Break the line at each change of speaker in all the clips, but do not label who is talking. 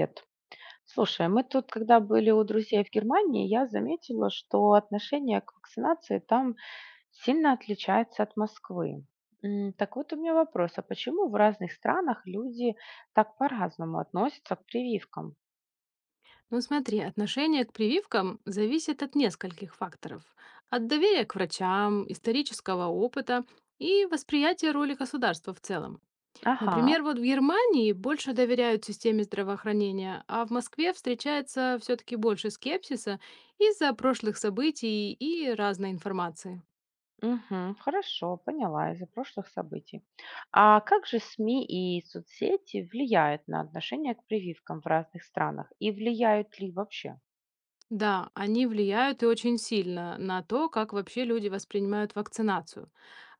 Привет. Слушай, а мы тут, когда были у друзей в Германии, я заметила, что отношение к вакцинации там сильно отличается от Москвы. Так вот у меня вопрос, а почему в разных странах люди так по-разному относятся к прививкам?
Ну смотри, отношение к прививкам зависит от нескольких факторов. От доверия к врачам, исторического опыта и восприятия роли государства в целом.
Ага,
Например, вот в Германии больше доверяют системе здравоохранения, а в Москве встречается все-таки больше скепсиса из-за прошлых событий и разной информации.
мгм, хорошо, поняла из-за прошлых событий. А как же СМИ и соцсети влияют на отношение к прививкам в разных странах? И влияют ли вообще?
Да, они влияют и очень сильно на то, как вообще люди воспринимают вакцинацию.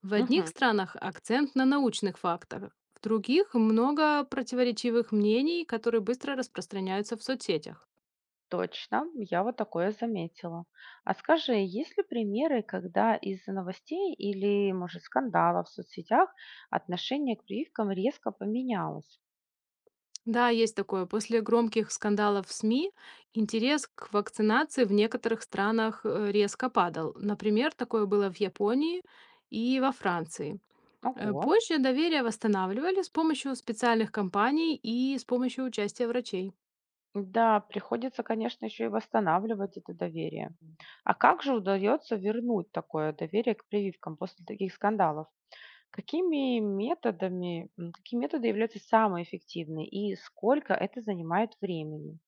В одних странах акцент на научных фактах, в других много противоречивых мнений, которые быстро распространяются в соцсетях.
Точно, я вот такое заметила. А скажи, есть ли примеры, когда из-за новостей или, может, скандалов в соцсетях отношение к прививкам резко поменялось?
Да, есть такое. После громких скандалов в СМИ интерес к вакцинации в некоторых странах резко падал. Например, такое было в Японии и во Франции. Э,
Ого.
Позже доверие восстанавливали с помощью специальных компаний и с помощью участия врачей.
Да, приходится, конечно, еще и восстанавливать это доверие. А как же удается вернуть такое доверие к прививкам после таких скандалов? Какими методами, какие методы являются самые эффективные и сколько это занимает времени?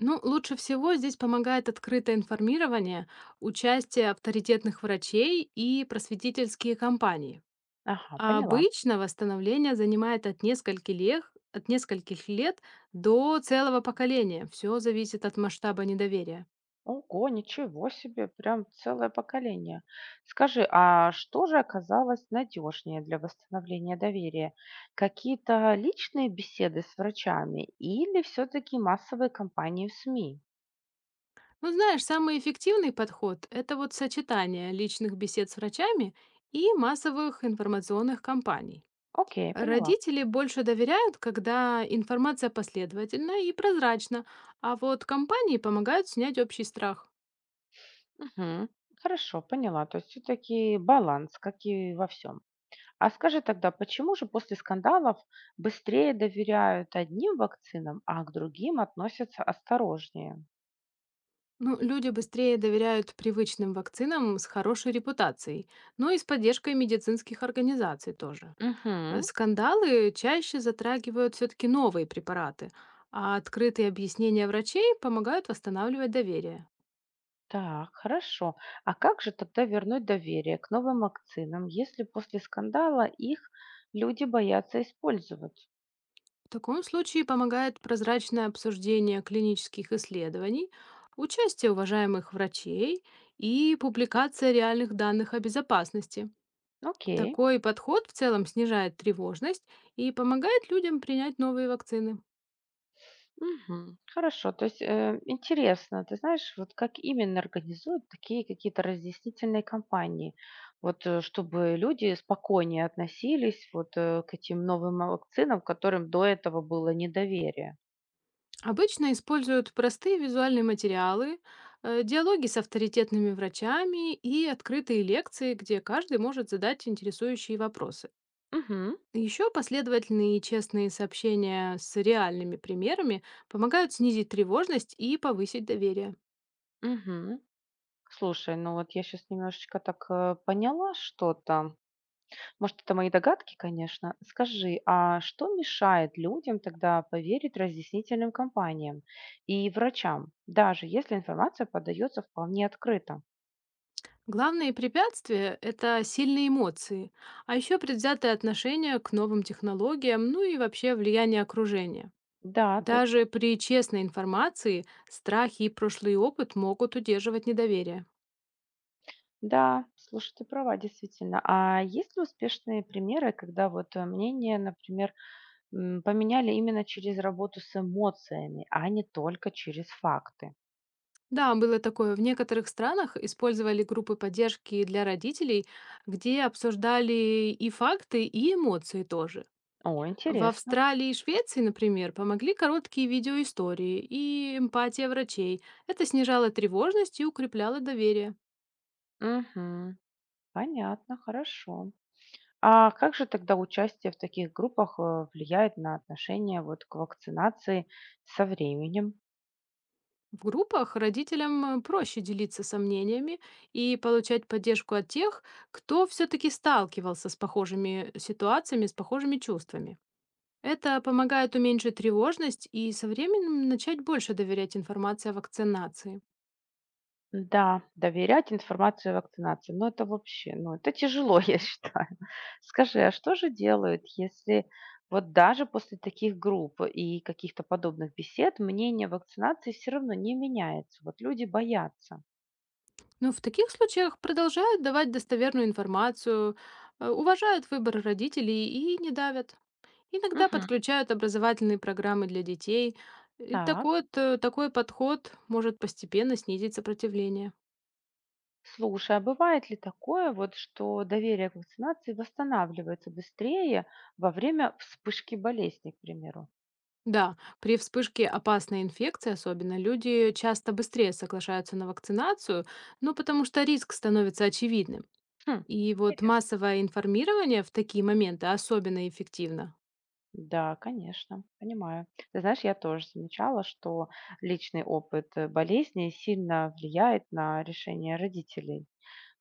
Ну, лучше всего здесь помогает открытое информирование, участие авторитетных врачей и просветительские кампании.
Ага,
А
поняла.
обычно восстановление занимает от нескольких лет до целого поколения. Все зависит от масштаба недоверия.
Ого, ничего себе, прям целое поколение. Скажи, а что же оказалось надежнее для восстановления доверия? Какие-то личные беседы с врачами или все-таки массовые кампании в СМИ?
Ну, знаешь, самый эффективный подход – это вот сочетание личных бесед с врачами и массовых информационных кампаний.
Окей, поняла.
Родители больше доверяют, когда информация последовательна и прозрачна, а вот компании помогают снять общий страх.
Мгм. Хорошо, поняла. То есть все-таки баланс, как и во всем. А скажи тогда, почему же после скандалов быстрее доверяют одним вакцинам, а к другим относятся осторожнее?
Ну, люди быстрее доверяют привычным вакцинам с хорошей репутацией, ну и с поддержкой медицинских организаций тоже. Э,
Мгм.
Скандалы чаще затрагивают все-таки новые препараты, а открытые объяснения врачей помогают восстанавливать доверие.
Так, хорошо. А как же тогда вернуть доверие к новым вакцинам, если после скандала их люди боятся использовать?
В таком случае помогает прозрачное обсуждение клинических исследований, участие уважаемых врачей и публикация реальных данных о безопасности.
Окей.
Такой подход в целом снижает тревожность и помогает людям принять новые вакцины.
Мгм. Хорошо. То есть интересно, ты знаешь, вот как именно организуют такие какие-то разъяснительные кампании, вот чтобы люди спокойнее относились вот к этим новым вакцинам, которым до этого было недоверие.
Обычно используют простые визуальные материалы, диалоги с авторитетными врачами и открытые лекции, где каждый может задать интересующие вопросы.
Угу,
Еще последовательные и честные сообщения с реальными примерами помогают снизить тревожность и повысить доверие.
угу. Слушай, ну вот я сейчас немножечко так поняла что-то. Может, это мои догадки, конечно. Скажи, а что мешает людям тогда поверить разъяснительным компаниям и врачам, даже если информация подается вполне открыто?
Главные препятствия – это сильные эмоции, а еще предвзятое отношение к новым технологиям, ну и вообще влияние окружения.
Да, точно.
Даже при честной информации страхи и прошлый опыт могут удерживать недоверие.
Да, слушай, ты права, действительно. А есть ли успешные примеры, когда вот мнение, например, поменяли именно через работу с эмоциями, а не только через факты?
Да, было такое. В некоторых странах использовали группы поддержки для родителей, где обсуждали и факты, и эмоции тоже.
О,
В
интересно.
Австралии и Швеции, например, помогли короткие видеоистории и эмпатия врачей. Это снижало тревожность и укрепляло доверие.
Угу, понятно, хорошо. А как же тогда участие в таких группах, влияет на отношение вот к вакцинации со временем?
В группах родителям проще делиться сомнениями и получать поддержку от тех, кто все-таки сталкивался с похожими ситуациями, с похожими чувствами. Это помогает уменьшить тревожность и со временем начать больше доверять информации о вакцинации.
Да, доверять информации о вакцинации, ну это вообще, ну это тяжело, я считаю. Скажи, а что же делают, если вот даже после таких групп и каких-то подобных бесед мнение о вакцинации все равно не меняется? Вот люди боятся.
Ну, в таких случаях продолжают давать достоверную информацию, уважают выбор родителей и не давят. Иногда
Мгм.
подключают образовательные программы для детей. И
Так.
такой, вот, такой подход может постепенно снизить сопротивление.
Слушай, а бывает ли такое, вот, что доверие к вакцинации восстанавливается быстрее во время вспышки болезни, к примеру?
Да, при вспышке опасной инфекции особенно люди часто быстрее соглашаются на вакцинацию, ну потому что риск становится очевидным.
Хм,
И вот
интересно.
массовое информирование в такие моменты особенно эффективно.
Да, конечно, понимаю. Ты знаешь, я тоже замечала, что личный опыт болезни сильно влияет на решение родителей.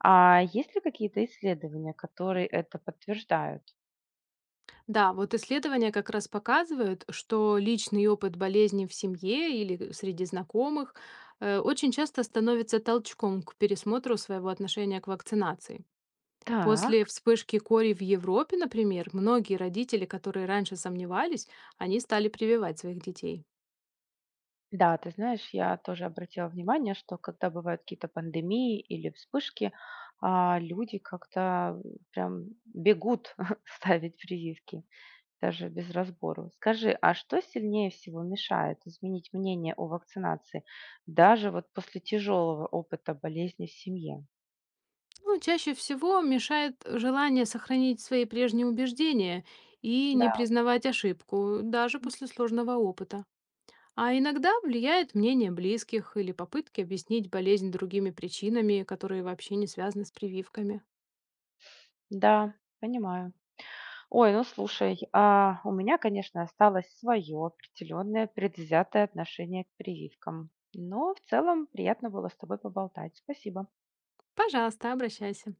А есть ли какие-то исследования, которые это подтверждают?
Да, вот исследования как раз показывают, что личный опыт болезни в семье или среди знакомых очень часто становится толчком к пересмотру своего отношения к вакцинации. После
Так.
вспышки кори в Европе, например, многие родители, которые раньше сомневались, они стали прививать своих детей.
Да, ты знаешь, я тоже обратила внимание, что когда бывают какие-то пандемии или вспышки, а, люди как-то прям бегут ставить прививки, даже без разбору. Скажи, а что сильнее всего мешает изменить мнение о вакцинации, даже вот после тяжелого опыта болезни в семье?
Ну, чаще всего мешает желание сохранить свои прежние убеждения и
Да,
не признавать ошибку, даже после сложного опыта. А иногда влияет мнение близких или попытки объяснить болезнь другими причинами, которые вообще не связаны с прививками.
да, понимаю. Ой, ну слушай, а, у меня, конечно, осталось свое определенное предвзятое отношение к прививкам. Но в целом приятно было с тобой поболтать. Спасибо.
Пожалуйста, обращайся.